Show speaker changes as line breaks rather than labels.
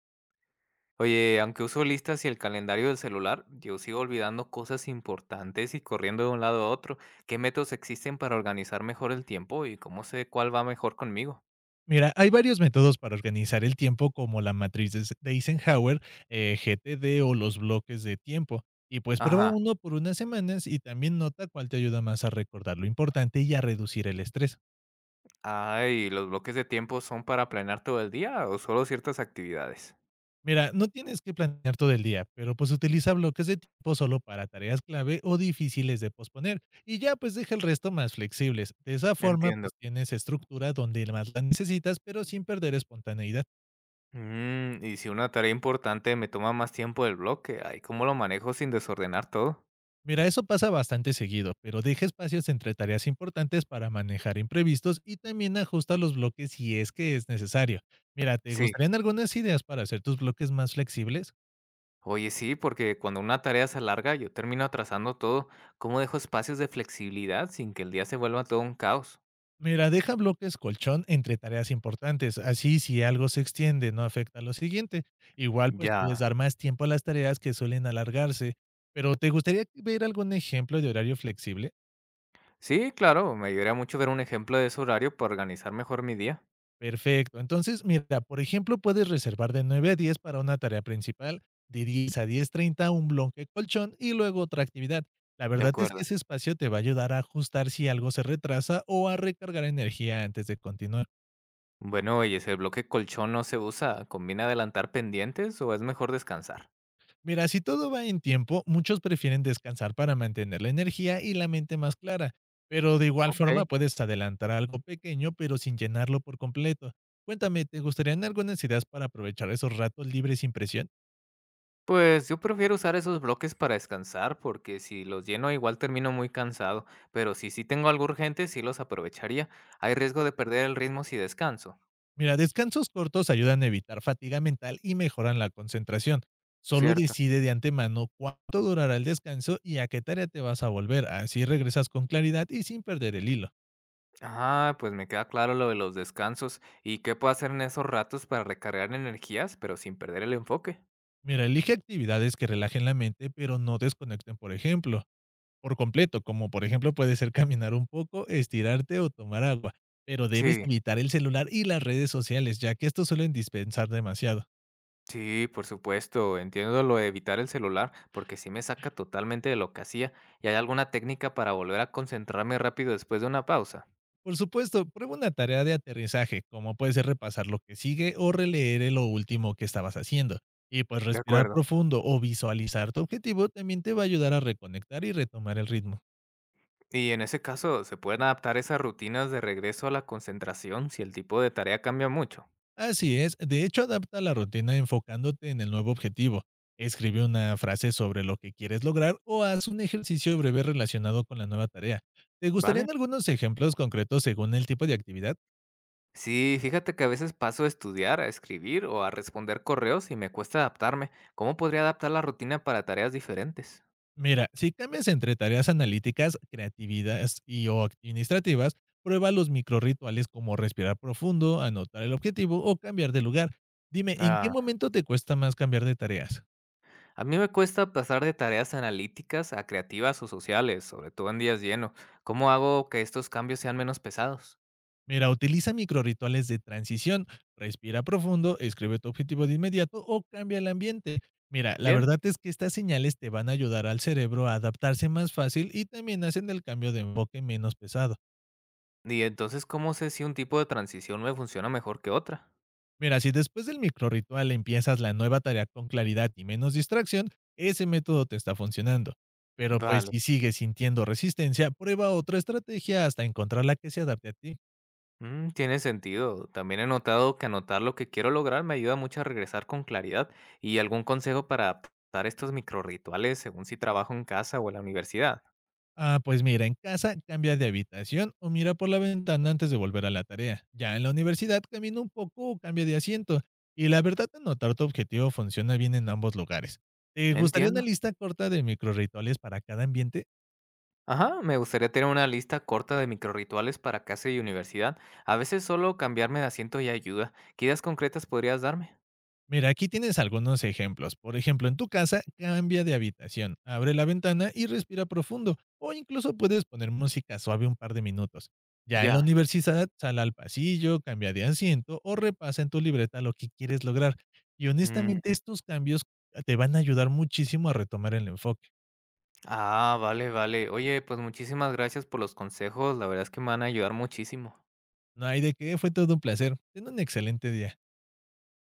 Oye, aunque uso listas y el calendario del celular, yo sigo olvidando cosas importantes y corriendo de un lado a otro. ¿Qué métodos existen para organizar mejor el tiempo y cómo sé cuál va mejor conmigo?
Mira, hay varios métodos para organizar el tiempo como la matriz de de Eisenhower, GTD o los bloques de tiempo. Y pues prueba
Ajá.
uno por unas semanas y también nota cuál te ayuda más a recordar lo importante y a reducir el estrés.
Ay, ¿los bloques de tiempo son para planear todo el día o solo ciertas actividades?
Mira, no tienes que planear todo el día, pero pues utiliza bloques de tiempo solo para tareas clave o difíciles de posponer y ya pues deja el resto más flexibles. De esa forma
Entiendo.
pues tienes estructura donde más la necesitas, pero sin perder espontaneidad.
Y si una tarea importante me toma más tiempo del bloque, ay, ¿cómo lo manejo sin desordenar todo?
Mira, eso pasa bastante seguido, pero deja espacios entre tareas importantes para manejar imprevistos y también ajusta los bloques si es que es necesario. Mira, ¿te
Sí.
gustarían algunas ideas para hacer tus bloques más flexibles?
Oye, sí, porque cuando una tarea se alarga, yo termino atrasando todo. ¿Cómo dejo espacios de flexibilidad sin que el día se vuelva todo un caos?
Mira, deja bloques colchón entre tareas importantes, así si algo se extiende no afecta a lo siguiente. Igual pues puedes
Ya.
dar más tiempo a las tareas que suelen alargarse, pero ¿te gustaría ver algún ejemplo de horario flexible?
Sí, claro, me ayudaría mucho ver un ejemplo de ese horario para organizar mejor mi día.
Perfecto. Entonces, mira, por ejemplo, puedes reservar de 9 a 10 para una tarea principal, de 10 a 10:30 un bloque colchón y luego otra actividad. La
De
verdad es que
acuerdo.
ese espacio te va a ayudar a ajustar si algo se retrasa o a recargar energía antes de continuar.
Bueno, oye, ese bloque colchón no se usa, ¿conviene adelantar pendientes o es mejor descansar?
Mira, si todo va en tiempo, muchos prefieren descansar para mantener la energía y la mente más clara, pero de igual forma
Ok.
puedes adelantar algo pequeño pero sin llenarlo por completo. Cuéntame, ¿te gustarían algunas ideas para aprovechar esos ratos libres sin presión?
Pues yo prefiero usar esos bloques para descansar, porque si los lleno igual termino muy cansado, pero si sí tengo algo urgente, sí los aprovecharía. Hay riesgo de perder el ritmo si descanso.
Mira, descansos cortos ayudan a evitar fatiga mental y mejoran la concentración. Solo
Cierto.
decide de antemano cuánto durará el descanso y a qué tarea te vas a volver. Así regresas con claridad y sin perder el hilo.
Ah, pues me queda claro lo de los descansos. ¿Y qué puedo hacer en esos ratos para recargar energías, pero sin perder el enfoque?
Mira, elige actividades que relajen la mente, pero no desconecten, por ejemplo, por completo, como por ejemplo puede ser caminar un poco, estirarte o tomar agua. Pero debes
Sí,
evitar el celular y las redes sociales, ya que estos suelen dispensar demasiado.
sí, por supuesto. Entiendo lo de evitar el celular, porque sí me saca totalmente de lo que hacía. ¿Y hay alguna técnica para volver a concentrarme rápido después de una pausa?
Por supuesto, prueba una tarea de aterrizaje, como puede ser repasar lo que sigue o releer lo último que estabas haciendo. Y pues
De
respirar
acuerdo.
profundo o visualizar tu objetivo también te va a ayudar a reconectar y retomar el ritmo.
Y en ese caso, ¿se pueden adaptar esas rutinas de regreso a la concentración si el tipo de tarea cambia mucho?
Así es, de hecho adapta la rutina enfocándote en el nuevo objetivo. Escribe una frase sobre lo que quieres lograr o haz un ejercicio breve relacionado con la nueva tarea. ¿Te
¿Vale?
gustarían algunos ejemplos concretos según el tipo de actividad?
Sí, fíjate que a veces paso a estudiar, a escribir o a responder correos y me cuesta adaptarme. ¿Cómo podría adaptar la rutina para tareas diferentes?
Mira, si cambias entre tareas analíticas, creatividades y o administrativas, prueba los microrrituales como respirar profundo, anotar el objetivo o cambiar de lugar. Dime, ¿en qué
Ah.
momento te cuesta más cambiar de tareas?
A mí me cuesta pasar de tareas analíticas a creativas o sociales, sobre todo en días llenos. ¿Cómo hago que estos cambios sean menos pesados?
Mira, utiliza microrrituales de transición, respira profundo, escribe tu objetivo de inmediato o cambia el ambiente. Mira, la
Bien.
verdad es que estas señales te van a ayudar al cerebro a adaptarse más fácil y también hacen el cambio de enfoque menos pesado.
Y entonces, ¿cómo sé si un tipo de transición me funciona mejor que otra?
Mira, si después del microrritual empiezas la nueva tarea con claridad y menos distracción, ese método te está funcionando. Pero pues
Vale.
si sigues sintiendo resistencia, prueba otra estrategia hasta encontrar la que se adapte a ti.
Tiene sentido. También he notado que anotar lo que quiero lograr me ayuda mucho a regresar con claridad. ¿Y algún consejo para adaptar estos microrrituales según si trabajo en casa o en la universidad?
Ah, pues mira, en casa cambia de habitación o mira por la ventana antes de volver a la tarea. Ya en la universidad camina un poco o cambia de asiento. Y la verdad, anotar tu objetivo funciona bien en ambos lugares. ¿Te gustaría una
Entiendo.
lista corta de microrrituales para cada ambiente?
Ajá, me gustaría tener una lista corta de microrrituales para casa y universidad. A veces solo cambiarme de asiento ya ayuda. ¿Qué ideas concretas podrías darme?
Mira, aquí tienes algunos ejemplos. Por ejemplo, en tu casa, cambia de habitación, abre la ventana y respira profundo, o incluso puedes poner música suave un par de minutos. Ya en la
Ya.
universidad, sal al pasillo, cambia de asiento o repasa en tu libreta lo que quieres lograr. Y
Mm.
honestamente, estos cambios te van a ayudar muchísimo a retomar el enfoque.
Ah, vale, vale. Oye, pues muchísimas gracias por los consejos. La verdad es que me van a ayudar muchísimo.
No hay de qué, fue todo un placer. Ten un excelente día.